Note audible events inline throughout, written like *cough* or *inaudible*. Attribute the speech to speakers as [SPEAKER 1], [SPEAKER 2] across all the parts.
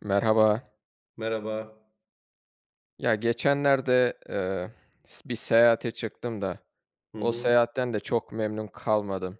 [SPEAKER 1] Merhaba.
[SPEAKER 2] Merhaba.
[SPEAKER 1] Ya, geçenlerde, s bir seyahate çıktım da
[SPEAKER 2] Hı
[SPEAKER 1] o
[SPEAKER 2] hı.
[SPEAKER 1] seyahatten de çok memnun kalmadım.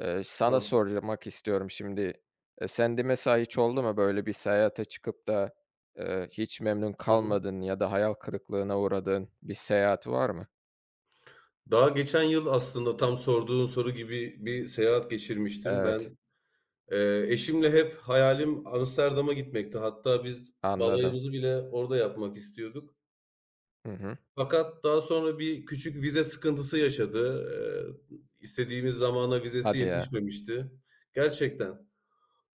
[SPEAKER 1] Sana
[SPEAKER 2] Ha,
[SPEAKER 1] sormak istiyorum şimdi. Sende mesela hiç oldu mu böyle bir seyahate çıkıp da, hiç memnun
[SPEAKER 2] hı hı.
[SPEAKER 1] kalmadın ya da hayal kırıklığına uğradığın bir seyahat var mı?
[SPEAKER 2] Daha geçen yıl aslında tam sorduğun soru gibi bir seyahat geçirmiştim.
[SPEAKER 1] Evet,
[SPEAKER 2] Eşimle hep hayalim Amsterdam'a gitmekti. Hatta biz
[SPEAKER 1] anladım.
[SPEAKER 2] balayımızı bile orada yapmak istiyorduk.
[SPEAKER 1] Hı hı.
[SPEAKER 2] Fakat daha sonra bir küçük vize sıkıntısı yaşadı. İstediğimiz zamana vizesi
[SPEAKER 1] Hadi ya.
[SPEAKER 2] yetişmemişti. Gerçekten.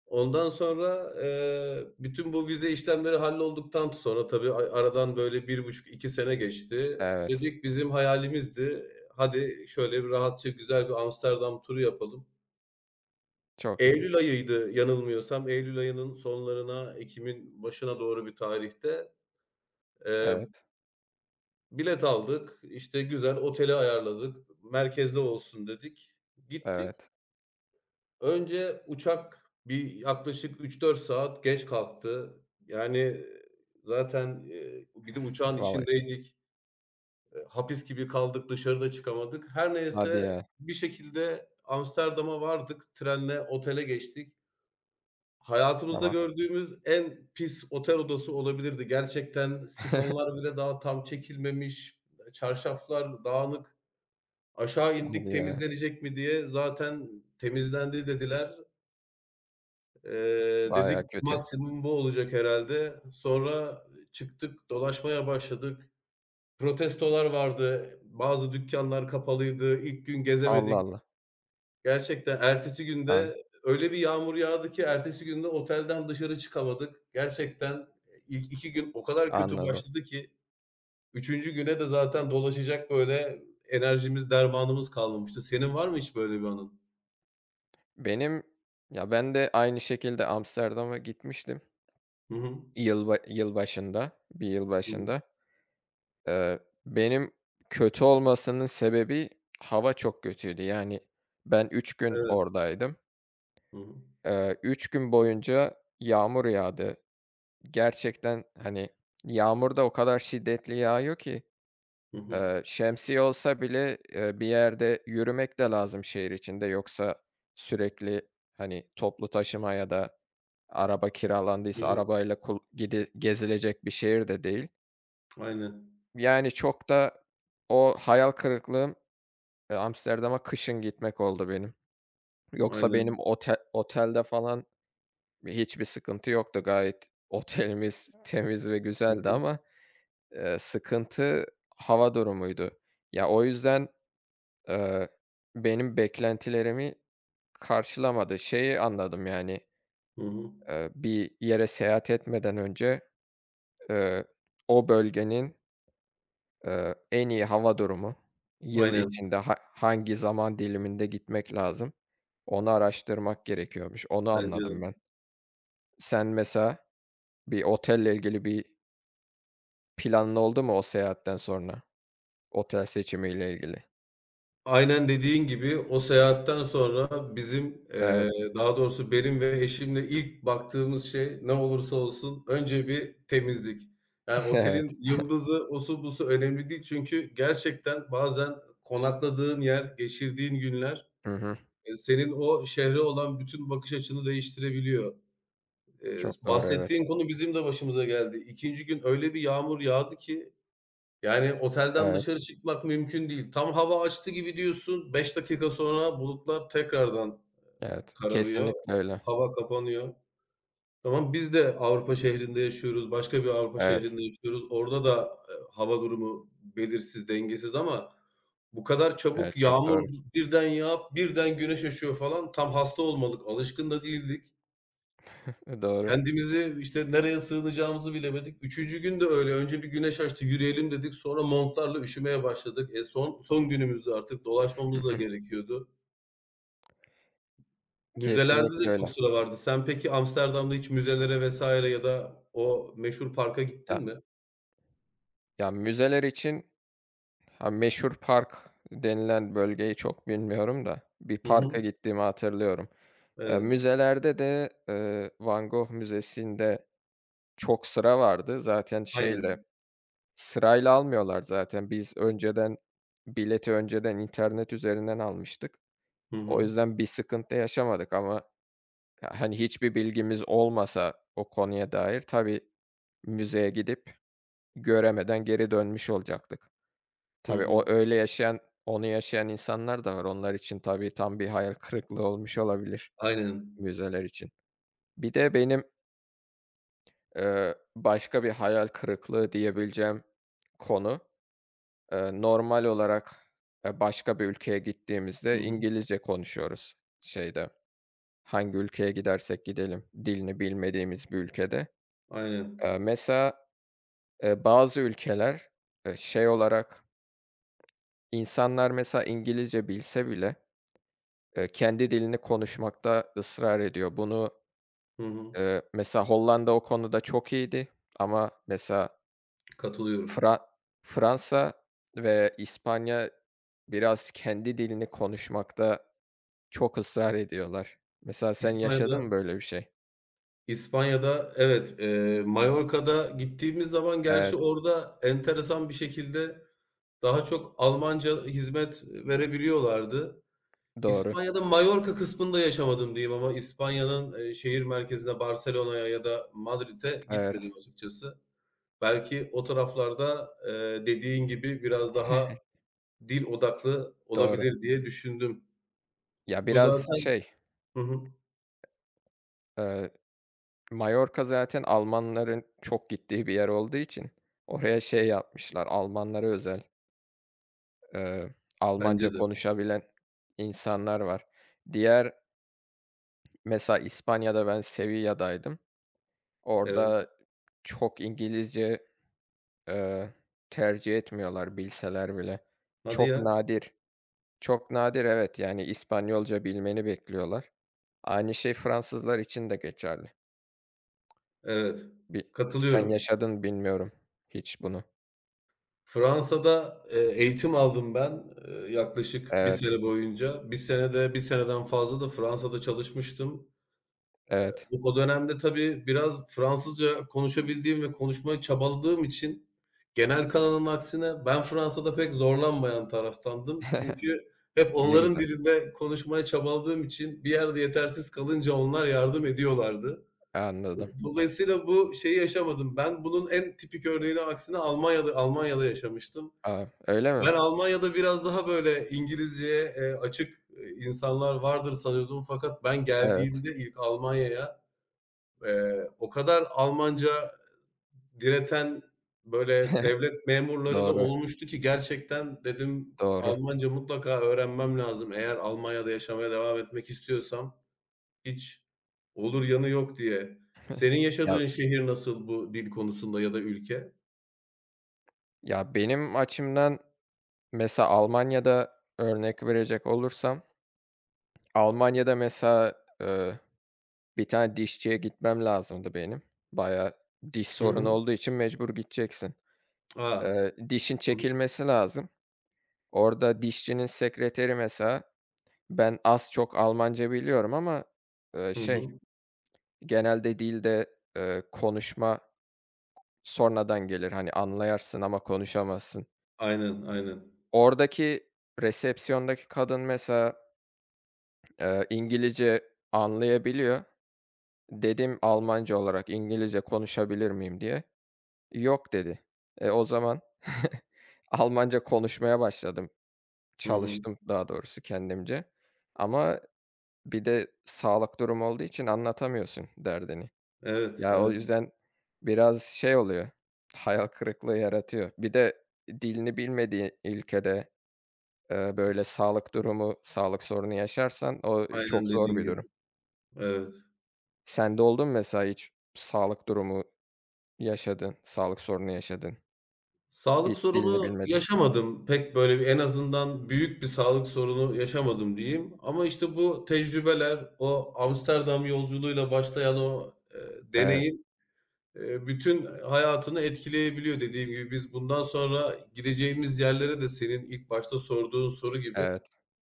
[SPEAKER 2] Ondan sonra, bütün bu vize işlemleri hallolduktan sonra tabii aradan böyle 1,5 2 sene geçti.
[SPEAKER 1] Evet.
[SPEAKER 2] Dedik bizim hayalimizdi, hadi şöyle bir rahatça güzel bir Amsterdam turu yapalım.
[SPEAKER 1] Çok iyi.
[SPEAKER 2] Eylül ayıydı yanılmıyorsam. Eylül ayının sonlarına, ekim'in başına doğru bir tarihte, eee,
[SPEAKER 1] Evet,
[SPEAKER 2] bilet aldık, işte, güzel oteli ayarladık, merkezde olsun dedik. Gittik.
[SPEAKER 1] evet.
[SPEAKER 2] Önce uçak bir yaklaşık üç dört saat geç kalktı. Yani zaten, bir de uçağın
[SPEAKER 1] Vallahi.
[SPEAKER 2] içindeydik. Hapis gibi kaldık, dışarıda çıkamadık. Her
[SPEAKER 1] Hadi
[SPEAKER 2] neyse
[SPEAKER 1] ya.
[SPEAKER 2] bir şekilde Amsterdam'a vardık. Trenle otele geçtik. Hayatımızda
[SPEAKER 1] Tamam.
[SPEAKER 2] gördüğümüz en pis otel odası olabilirdi. Gerçekten
[SPEAKER 1] *laughs*
[SPEAKER 2] sifonlar bile daha tam çekilmemiş, çarşaflar dağınık. Aşağı indik
[SPEAKER 1] Hadi ya.
[SPEAKER 2] temizlenecek mi diye zaten temizlendi dediler. Dedik
[SPEAKER 1] Baya kötü.
[SPEAKER 2] maksimum bu olacak herhalde. Sonra çıktık, dolaşmaya başladık. Protestolar vardı, bazı dükkanlar kapalıydı, İlk gün
[SPEAKER 1] Allah
[SPEAKER 2] gezemedik.
[SPEAKER 1] Allah.
[SPEAKER 2] Gerçekten ertesi gün de öyle bir yağmur yağdı ki ertesi gün de otelden dışarı çıkamadık. Gerçekten ilk 2 gün o kadar kötü
[SPEAKER 1] Anladım.
[SPEAKER 2] başladı ki üçüncü güne de zaten dolaşacak böyle enerjimiz, dermanımız kalmamıştı. Senin var mı hiç böyle bir anın?
[SPEAKER 1] Benim Ya, ben de aynı şekilde Amsterdam'a gitmiştim
[SPEAKER 2] Hı hı.
[SPEAKER 1] yılbaşında, bir
[SPEAKER 2] Hı hı.
[SPEAKER 1] yılbaşında. Eee, benim kötü olmasının sebebi hava çok kötüydü. Yani ben 3 gün
[SPEAKER 2] Evet.
[SPEAKER 1] oradaydım.
[SPEAKER 2] Hı hı.
[SPEAKER 1] 3 gün boyunca yağmur yağdı. Gerçekten, hani, yağmur da o kadar şiddetli yağıyor ki,
[SPEAKER 2] Hı hı.
[SPEAKER 1] şemsiye olsa bile, bir yerde yürümek de lazım şehir içinde. Yoksa sürekli, hani, toplu taşıma ya da araba
[SPEAKER 2] Hı
[SPEAKER 1] kiralandıysa
[SPEAKER 2] hı.
[SPEAKER 1] arabayla kul gidi gezilecek bir şehir de değil.
[SPEAKER 2] Aynen.
[SPEAKER 1] Yani çok da o hayal kırıklığım, Amsterdam'a kışın gitmek oldu benim. Yoksa benim
[SPEAKER 2] Aynen.
[SPEAKER 1] otelde falan hiçbir sıkıntı yoktu. Gayet *laughs* otelimiz temiz ve
[SPEAKER 2] Hı
[SPEAKER 1] güzeldi
[SPEAKER 2] hı.
[SPEAKER 1] ama, sıkıntı hava durumuydu. Ya, o yüzden, eee, benim beklentilerimi karşılamadı. Şeyi anladım yani,
[SPEAKER 2] Hı hı.
[SPEAKER 1] bir yere seyahat etmeden önce, eee, o bölgenin en iyi hava durumu, yıl
[SPEAKER 2] Aynen.
[SPEAKER 1] içinde hangi zaman diliminde gitmek lazım, onu araştırmak gerekiyormuş. Onu
[SPEAKER 2] Bence
[SPEAKER 1] anladım
[SPEAKER 2] de.
[SPEAKER 1] ben. Sen mesela bir otelle ilgili bir planın oldu mu o seyahatten sonra? Otel seçimiyle ilgili.
[SPEAKER 2] Aynen dediğin gibi o seyahatten sonra bizim,
[SPEAKER 1] Evet,
[SPEAKER 2] eee, daha doğrusu benim ve eşimle ilk baktığımız şey ne olursa olsun önce bir temizlik. Yani
[SPEAKER 1] *laughs* evet.
[SPEAKER 2] otelin yıldızı, osu busu önemli değil çünkü gerçekten bazen konakladığın yer, geçirdiğin günler,
[SPEAKER 1] Hı hı.
[SPEAKER 2] eee, senin o şehre olan bütün bakış açını değiştirebiliyor.
[SPEAKER 1] Çok doğru, evet.
[SPEAKER 2] Bahsettiğin konu bizim de başımıza geldi. İkinci gün öyle bir yağmur yağdı ki yani otelden
[SPEAKER 1] Evet,
[SPEAKER 2] dışarı çıkmak mümkün değil. Tam hava açtı gibi diyorsun, 5 dakika sonra bulutlar tekrardan
[SPEAKER 1] evet.
[SPEAKER 2] kararıyor,
[SPEAKER 1] Kesinlikle öyle.
[SPEAKER 2] hava kapanıyor. Tamam, biz de Avrupa şehrinde yaşıyoruz, başka bir Avrupa
[SPEAKER 1] Evet,
[SPEAKER 2] şehrinde yaşıyoruz. Orada da, hava durumu belirsiz, dengesiz ama bu kadar çabuk
[SPEAKER 1] evet, çok doğru.
[SPEAKER 2] yağmur birden yağıp birden güneş açıyor falan tam hasta olmalık, alışkın da değildik.
[SPEAKER 1] *laughs* Doğru.
[SPEAKER 2] Kendimizi, işte, nereye sığınacağımızı bilemedik. Üçüncü gün de öyle. Önce bir güneş açtı, yürüyelim dedik. Sonra montlarla üşümeye başladık. E, son son günümüzdü artık dolaşmamız da gerekiyordu.
[SPEAKER 1] *laughs*
[SPEAKER 2] Müzelerde
[SPEAKER 1] Kesinlikle
[SPEAKER 2] de çok
[SPEAKER 1] öyle.
[SPEAKER 2] sıra vardı. Sen peki Amsterdam'da hiç müzelere vesaire ya da o meşhur parka gittin
[SPEAKER 1] Ya
[SPEAKER 2] mi?
[SPEAKER 1] ya müzeler için. Ha, meşhur park denilen bölgeyi çok bilmiyorum da bir
[SPEAKER 2] Hı
[SPEAKER 1] parka
[SPEAKER 2] hı.
[SPEAKER 1] gittiğimi hatırlıyorum. Eee,
[SPEAKER 2] Evet,
[SPEAKER 1] müzelerde de, Van Gogh müzesinde çok sıra vardı. Zaten şeyle,
[SPEAKER 2] aynen.
[SPEAKER 1] sırayla almıyorlar zaten. Biz önceden bileti önceden internet üzerinden almıştık.
[SPEAKER 2] Hı
[SPEAKER 1] O
[SPEAKER 2] hı.
[SPEAKER 1] yüzden bir sıkıntı yaşamadık ama, ya, hani, hiçbir bilgimiz olmasa o konuya dair tabii müzeye gidip göremeden geri dönmüş olacaktık.
[SPEAKER 2] Hı
[SPEAKER 1] Tabii, o
[SPEAKER 2] hı.
[SPEAKER 1] öyle yaşayan, onu yaşayan insanlar da var. Onlar için tabii tam bir hayal kırıklığı olmuş olabilir
[SPEAKER 2] Aynen.
[SPEAKER 1] müzeler için. Bir de benim, başka bir hayal kırıklığı diyebileceğim konu, normal olarak, başka bir ülkeye
[SPEAKER 2] Hı
[SPEAKER 1] gittiğimizde
[SPEAKER 2] hı.
[SPEAKER 1] İngilizce konuşuyoruz şeyde, hangi ülkeye gidersek gidelim, dilini bilmediğimiz bir ülkede. Eee,
[SPEAKER 2] Aynen.
[SPEAKER 1] mesela, bazı ülkeler, şey olarak, insanlar mesela İngilizce bilse bile kendi dilini konuşmakta ısrar ediyor. Bunu,
[SPEAKER 2] Hı hı.
[SPEAKER 1] mesela Hollanda o konuda çok iyiydi ama mesela
[SPEAKER 2] Katılıyorum.
[SPEAKER 1] Fra Fransa ve İspanya biraz kendi dilini konuşmakta çok ısrar ediyorlar. Mesela sen yaşadın
[SPEAKER 2] İspanya'da
[SPEAKER 1] mı böyle bir şey?
[SPEAKER 2] İspanya'da evet, Mallorca'da gittiğimiz zaman
[SPEAKER 1] Evet,
[SPEAKER 2] gerçi orada enteresan bir şekilde daha çok Almanca hizmet verebiliyorlardı.
[SPEAKER 1] doğru.
[SPEAKER 2] İspanya'da Mallorca kısmında yaşamadım diyeyim ama İspanya'nın, şehir merkezine, Barcelona'ya ya da Madrid'e gitmedim
[SPEAKER 1] Evet,
[SPEAKER 2] açıkçası. Belki o taraflarda, dediğin gibi biraz daha dil odaklı
[SPEAKER 1] doğru.
[SPEAKER 2] olabilir diye düşündüm.
[SPEAKER 1] Ya,
[SPEAKER 2] Bu
[SPEAKER 1] biraz
[SPEAKER 2] zaten
[SPEAKER 1] şey,
[SPEAKER 2] Hı hı.
[SPEAKER 1] eee, Mallorca zaten Almanların çok gittiği bir yer olduğu için oraya şey yapmışlar, Almanlara özel. Eee,
[SPEAKER 2] Bence
[SPEAKER 1] Almanca
[SPEAKER 2] de.
[SPEAKER 1] konuşabilen insanlar var. Diğer mesela İspanya'da ben Sevilla'daydım.
[SPEAKER 2] Evet.
[SPEAKER 1] Orada çok İngilizce, eee, tercih etmiyorlar bilseler bile.
[SPEAKER 2] Hadi
[SPEAKER 1] Çok
[SPEAKER 2] ya.
[SPEAKER 1] nadir, çok nadir evet, yani İspanyolca bilmeni bekliyorlar. Aynı şey Fransızlar için de geçerli.
[SPEAKER 2] Evet.
[SPEAKER 1] Bi Sen
[SPEAKER 2] Katılıyorum.
[SPEAKER 1] yaşadın bilmiyorum hiç bunu.
[SPEAKER 2] Fransa'da, eğitim aldım ben, yaklaşık bir
[SPEAKER 1] Evet,
[SPEAKER 2] sene boyunca. Bir sene de 1 seneden fazla da Fransa'da çalışmıştım.
[SPEAKER 1] evet.
[SPEAKER 2] O dönemde tabii biraz Fransızca konuşabildiğim ve konuşmaya çabaladığım için genel kanının aksine ben Fransa'da pek zorlanmayan taraftandım. Çünkü
[SPEAKER 1] *laughs*
[SPEAKER 2] hep
[SPEAKER 1] Ne
[SPEAKER 2] onların
[SPEAKER 1] güzel,
[SPEAKER 2] dilinde konuşmaya çabaladığım için bir yerde yetersiz kalınca onlar yardım ediyorlardı.
[SPEAKER 1] anladım.
[SPEAKER 2] Dolayısıyla bu şeyi yaşamadım. Ben bunun en tipik örneğini aksine Almanya'da yaşamıştım.
[SPEAKER 1] A, öyle mi?
[SPEAKER 2] Ben Almanya'da biraz daha böyle İngilizceye, açık, insanlar vardır sanıyordum fakat ben
[SPEAKER 1] Evet,
[SPEAKER 2] geldiğimde ilk Almanya'ya, o kadar Almanca direten, böyle,
[SPEAKER 1] *laughs*
[SPEAKER 2] devlet memurları da
[SPEAKER 1] doğru,
[SPEAKER 2] olmuştu ki gerçekten dedim,
[SPEAKER 1] doğru.
[SPEAKER 2] "Almanca mutlaka öğrenmem lazım eğer Almanya'da yaşamaya devam etmek istiyorsam." Hiç olur yanı yok diye. Senin
[SPEAKER 1] Ya
[SPEAKER 2] yaşadığın şehir nasıl bu dil konusunda ya da ülke?
[SPEAKER 1] Ya, benim açımdan mesela Almanya'da örnek verecek olursam, Almanya'da mesela, eee, bir tane dişçiye gitmem lazımdı benim. Baya diş
[SPEAKER 2] Hı
[SPEAKER 1] sorunu
[SPEAKER 2] hı.
[SPEAKER 1] olduğu için mecbur gideceksin.
[SPEAKER 2] A!
[SPEAKER 1] Dişin çekilmesi lazım. Orada dişçinin sekreteri mesela ben az çok Almanca biliyorum ama,
[SPEAKER 2] Hı
[SPEAKER 1] şey,
[SPEAKER 2] hı.
[SPEAKER 1] genelde dilde, konuşma sonradan gelir. Hani, anlayarsın ama konuşamazsın.
[SPEAKER 2] Aynen, aynen.
[SPEAKER 1] Oradaki resepsiyondaki kadın mesela İngilizce anlayabiliyor. Dedim Almanca olarak İngilizce konuşabilir miyim diye. "Yok" dedi. E, o zaman *laughs* Almanca konuşmaya başladım.
[SPEAKER 2] Hı hı.
[SPEAKER 1] Çalıştım daha doğrusu kendimce ama bir de sağlık durumu olduğu için anlatamıyorsun derdini.
[SPEAKER 2] Evet,
[SPEAKER 1] Ya, o
[SPEAKER 2] evet.
[SPEAKER 1] yüzden biraz şey oluyor, hayal kırıklığı yaratıyor. Bir de dilini bilmediği ülkede, böyle sağlık durumu, sağlık sorunu yaşarsan o çok
[SPEAKER 2] Aynen
[SPEAKER 1] zor
[SPEAKER 2] dediğin
[SPEAKER 1] bir
[SPEAKER 2] gibi.
[SPEAKER 1] durum.
[SPEAKER 2] Evet.
[SPEAKER 1] Sende oldu mu mesela hiç sağlık durumu yaşadın, sağlık sorunu yaşadın?
[SPEAKER 2] Sağlık
[SPEAKER 1] Hiç dilini
[SPEAKER 2] sorunu
[SPEAKER 1] bilmedin.
[SPEAKER 2] yaşamadım. Pek böyle bir en azından büyük bir sağlık sorunu yaşamadım diyeyim ama, işte, bu tecrübeler, o Amsterdam yolculuğuyla başlayan o, eee,
[SPEAKER 1] Evet,
[SPEAKER 2] deneyim, eee, bütün hayatını etkileyebiliyor. Dediğim gibi biz bundan sonra gideceğimiz yerlere de senin ilk başta sorduğun soru gibi
[SPEAKER 1] evet.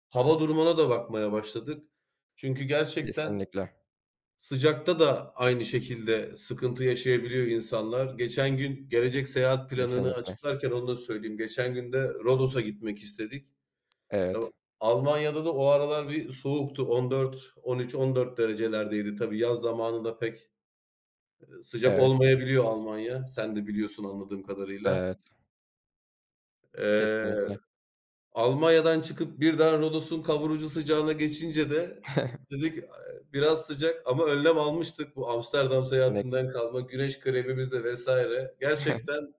[SPEAKER 2] hava durumuna da bakmaya başladık. Çünkü gerçekten,
[SPEAKER 1] Kesinlikle,
[SPEAKER 2] sıcakta da aynı şekilde sıkıntı yaşayabiliyor insanlar. Geçen gün gelecek seyahat planını
[SPEAKER 1] kesinlikle.
[SPEAKER 2] açıklarken onu da söyleyeyim. Geçen gün de Rodos'a gitmek istedik. Ya,
[SPEAKER 1] Evet,
[SPEAKER 2] Almanya'da da o aralar bir soğuktu. 14, 13-14 derecelerdeydi. Tabii yaz zamanı da pek, sıcak
[SPEAKER 1] evet,
[SPEAKER 2] olmayabiliyor Almanya. Sen de biliyorsun anladığım kadarıyla.
[SPEAKER 1] evet.
[SPEAKER 2] Eee
[SPEAKER 1] Kesinlikle.
[SPEAKER 2] Almanya'dan çıkıp birden Rodos'un kavurucu sıcağına geçince de
[SPEAKER 1] *laughs*
[SPEAKER 2] dedik, biraz sıcak ama önlem almıştık. Bu Amsterdam
[SPEAKER 1] Ne.
[SPEAKER 2] seyahatinden kalma güneş kremimizle vesaire.
[SPEAKER 1] *laughs*
[SPEAKER 2] Gerçekten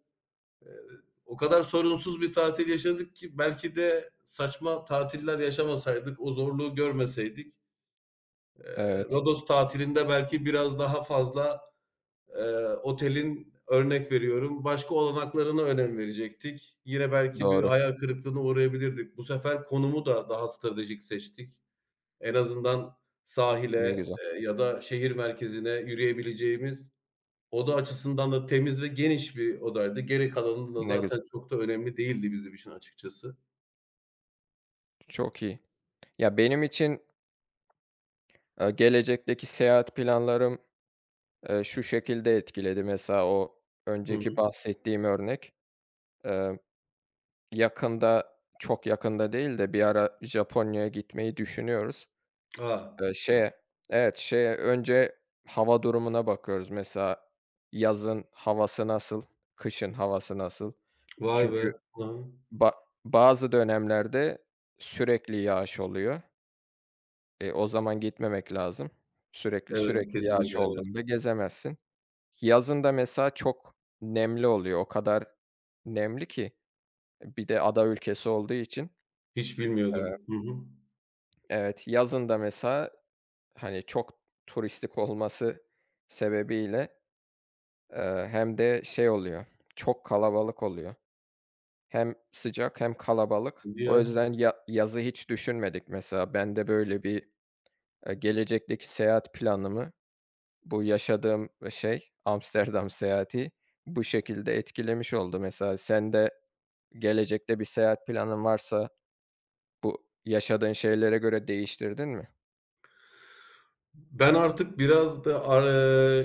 [SPEAKER 2] o kadar sorunsuz bir tatil yaşadık ki belki de saçma tatiller yaşamasaydık, o zorluğu görmeseydik, eee,
[SPEAKER 1] Evet,
[SPEAKER 2] Rodos tatilinde belki biraz daha fazla e, otelin örnek veriyorum başka olanaklarına önem verecektik. Yine belki bir
[SPEAKER 1] doğru.
[SPEAKER 2] hayal kırıklığına uğrayabilirdik. Bu sefer konumu da daha stratejik seçtik. En azından sahile
[SPEAKER 1] Ne güzel,
[SPEAKER 2] ya da şehir merkezine yürüyebileceğimiz oda açısından da temiz ve geniş bir odaydı. Geri kalanı da
[SPEAKER 1] ne güzel.
[SPEAKER 2] zaten çok da önemli değildi bizim için açıkçası.
[SPEAKER 1] Çok iyi. Ya, benim için, gelecekteki seyahat planlarım, şu şekilde etkiledi mesela o
[SPEAKER 2] Hı hı.
[SPEAKER 1] önceki bahsettiğim örnek. Eee, yakında, çok yakında değil de bir ara Japonya'ya gitmeyi düşünüyoruz.
[SPEAKER 2] A!
[SPEAKER 1] Şeye evet, şeye önce hava durumuna bakıyoruz. Mesela yazın havası nasıl, kışın havası nasıl?
[SPEAKER 2] Vay be!
[SPEAKER 1] Çünkü
[SPEAKER 2] Hı hı.
[SPEAKER 1] ba bazı dönemlerde sürekli yağış oluyor. E, o zaman gitmemek lazım. Sürekli,
[SPEAKER 2] Evet,
[SPEAKER 1] sürekli yağış
[SPEAKER 2] kesinlikle, evet.
[SPEAKER 1] olduğunda gezemezsin. Yazın da mesela çok nemli oluyor. O kadar nemli ki bir de ada ülkesi olduğu için.
[SPEAKER 2] Hiç
[SPEAKER 1] Eee,
[SPEAKER 2] bilmiyordum. Hı hı.
[SPEAKER 1] evet, yazın da mesela, hani, çok turistik olması sebebiyle hem de şey oluyor, çok kalabalık oluyor. Hem sıcak hem kalabalık.
[SPEAKER 2] Hadi
[SPEAKER 1] O
[SPEAKER 2] ya.
[SPEAKER 1] yüzden ya yazı hiç düşünmedik mesela. Ben de böyle bir, gelecekteki seyahat planımı bu yaşadığım, şey, Amsterdam seyahati bu şekilde etkilemiş oldu. Mesela sen de gelecekte bir seyahat planın varsa bu yaşadığın şeylere göre değiştirdin mi?
[SPEAKER 2] Ben artık biraz da ar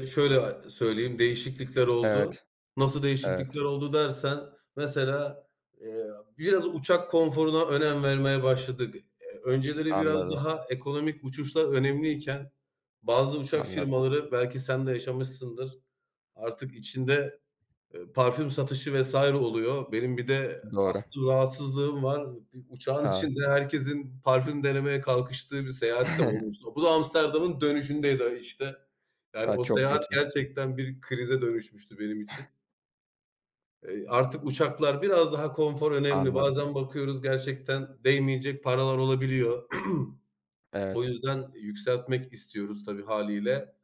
[SPEAKER 2] Şöyle söyleyeyim, değişiklikler oldu.
[SPEAKER 1] Evet,
[SPEAKER 2] Nasıl değişiklikler
[SPEAKER 1] evet.
[SPEAKER 2] oldu dersen, mesela, eee, biraz uçak konforuna önem vermeye başladık. Önceleri biraz
[SPEAKER 1] Anladım,
[SPEAKER 2] daha ekonomik uçuşlar önemliyken bazı uçak
[SPEAKER 1] anladım.
[SPEAKER 2] firmaları, belki sen de yaşamışsındır, artık içinde parfüm satışı vesaire oluyor. Benim bir de
[SPEAKER 1] Doğru.
[SPEAKER 2] astım rahatsızlığım var. Bir uçağın
[SPEAKER 1] A!
[SPEAKER 2] içinde herkesin parfüm denemeye kalkıştığı bir seyahat de
[SPEAKER 1] A, *laughs*
[SPEAKER 2] olmuştu. Bu da Amsterdam'ın dönüşündeydi işte. Yani o
[SPEAKER 1] çok
[SPEAKER 2] seyahat
[SPEAKER 1] kötü.
[SPEAKER 2] gerçekten bir krize dönüşmüştü benim için. Artık uçaklar biraz daha konfor önemli.
[SPEAKER 1] Anladım.
[SPEAKER 2] Bazen bakıyoruz gerçekten değmeyecek paralar olabiliyor. *clears throat* O
[SPEAKER 1] Evet,
[SPEAKER 2] yüzden yükseltmek istiyoruz tabii hâliyle.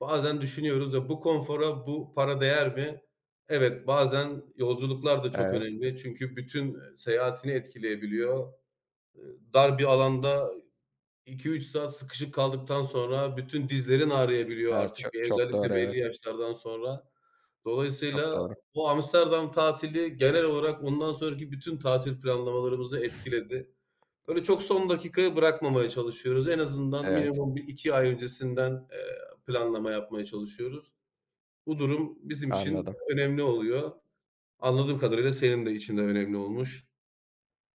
[SPEAKER 2] Bazen düşünüyoruz ya, bu konfora bu para değer mi? Evet, bazen yolculuklar da çok
[SPEAKER 1] evet.
[SPEAKER 2] önemli çünkü bütün, seyahatini etkileyebiliyor. Eee, dar bir alanda iki üç saat sıkışık kaldıktan sonra bütün dizlerin ağrıyabiliyor
[SPEAKER 1] Evet,
[SPEAKER 2] artık,
[SPEAKER 1] çok çok doğru,
[SPEAKER 2] özellikle
[SPEAKER 1] evet.
[SPEAKER 2] belli yaşlardan sonra.
[SPEAKER 1] Çok
[SPEAKER 2] Dolayısıyla
[SPEAKER 1] doğru.
[SPEAKER 2] o Amsterdam tatili genel olarak ondan sonraki bütün tatil planlamalarımızı etkiledi. Böyle çok son dakikaya bırakmamaya çalışıyoruz. En azından
[SPEAKER 1] Evet,
[SPEAKER 2] minimum bir iki ay öncesinden, eee, planlama yapmaya çalışıyoruz. Bu durum bizim için
[SPEAKER 1] anladım.
[SPEAKER 2] önemli oluyor. Anladığım kadarıyla senin de için de önemli olmuş.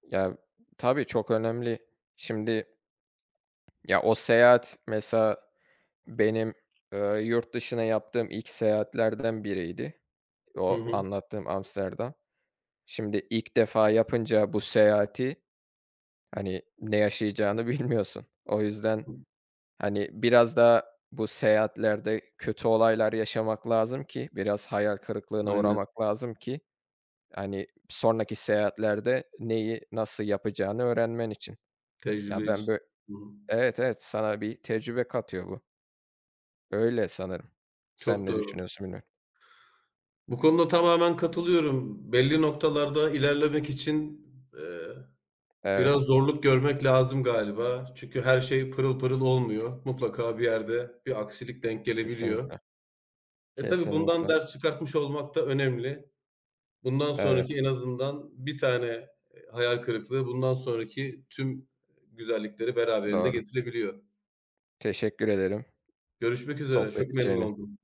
[SPEAKER 1] Ya, tabii çok önemli. Şimdi, ya, o seyahat mesela benim, eee, yurt dışına yaptığım ilk seyahatlerden biriydi.
[SPEAKER 2] Hı
[SPEAKER 1] O
[SPEAKER 2] hı.
[SPEAKER 1] anlattığım Amsterdam. Şimdi ilk defa yapınca bu seyahati, hani, ne yaşayacağını *laughs* bilmiyorsun. O yüzden,
[SPEAKER 2] Hı.
[SPEAKER 1] hani, biraz da bu seyahatlerde kötü olaylar yaşamak lazım ki biraz hayal kırıklığına
[SPEAKER 2] Aynen,
[SPEAKER 1] uğramak lazım ki hani, sonraki seyahatlerde neyi nasıl yapacağını öğrenmen için. Ya,
[SPEAKER 2] tecrübe
[SPEAKER 1] ben bö
[SPEAKER 2] için. Hı hı.
[SPEAKER 1] Evet, evet, sana bir tecrübe katıyor bu. Öyle sanırım. Sen
[SPEAKER 2] Çok
[SPEAKER 1] ne
[SPEAKER 2] doğru.
[SPEAKER 1] düşünüyorsun bilmiyorum.
[SPEAKER 2] Bu konuda tamamen katılıyorum. Belli noktalarda ilerlemek için, eee, biraz
[SPEAKER 1] Evet,
[SPEAKER 2] zorluk görmek lazım galiba. Çünkü her şey pırıl pırıl olmuyor. Mutlaka bir yerde bir aksilik denk gelebiliyor.
[SPEAKER 1] kesinlikle,
[SPEAKER 2] E, tabii bundan
[SPEAKER 1] kesinlikle.
[SPEAKER 2] ders çıkartmış olmak da önemli. Bundan sonraki
[SPEAKER 1] Evet,
[SPEAKER 2] en azından bir tane, eee, hayal kırıklığı bundan sonraki tüm güzellikleri beraberinde
[SPEAKER 1] doğru.
[SPEAKER 2] getirebiliyor.
[SPEAKER 1] Teşekkür ederim
[SPEAKER 2] Görüşmek üzere,
[SPEAKER 1] sohbet
[SPEAKER 2] çok memnun
[SPEAKER 1] için.
[SPEAKER 2] oldum.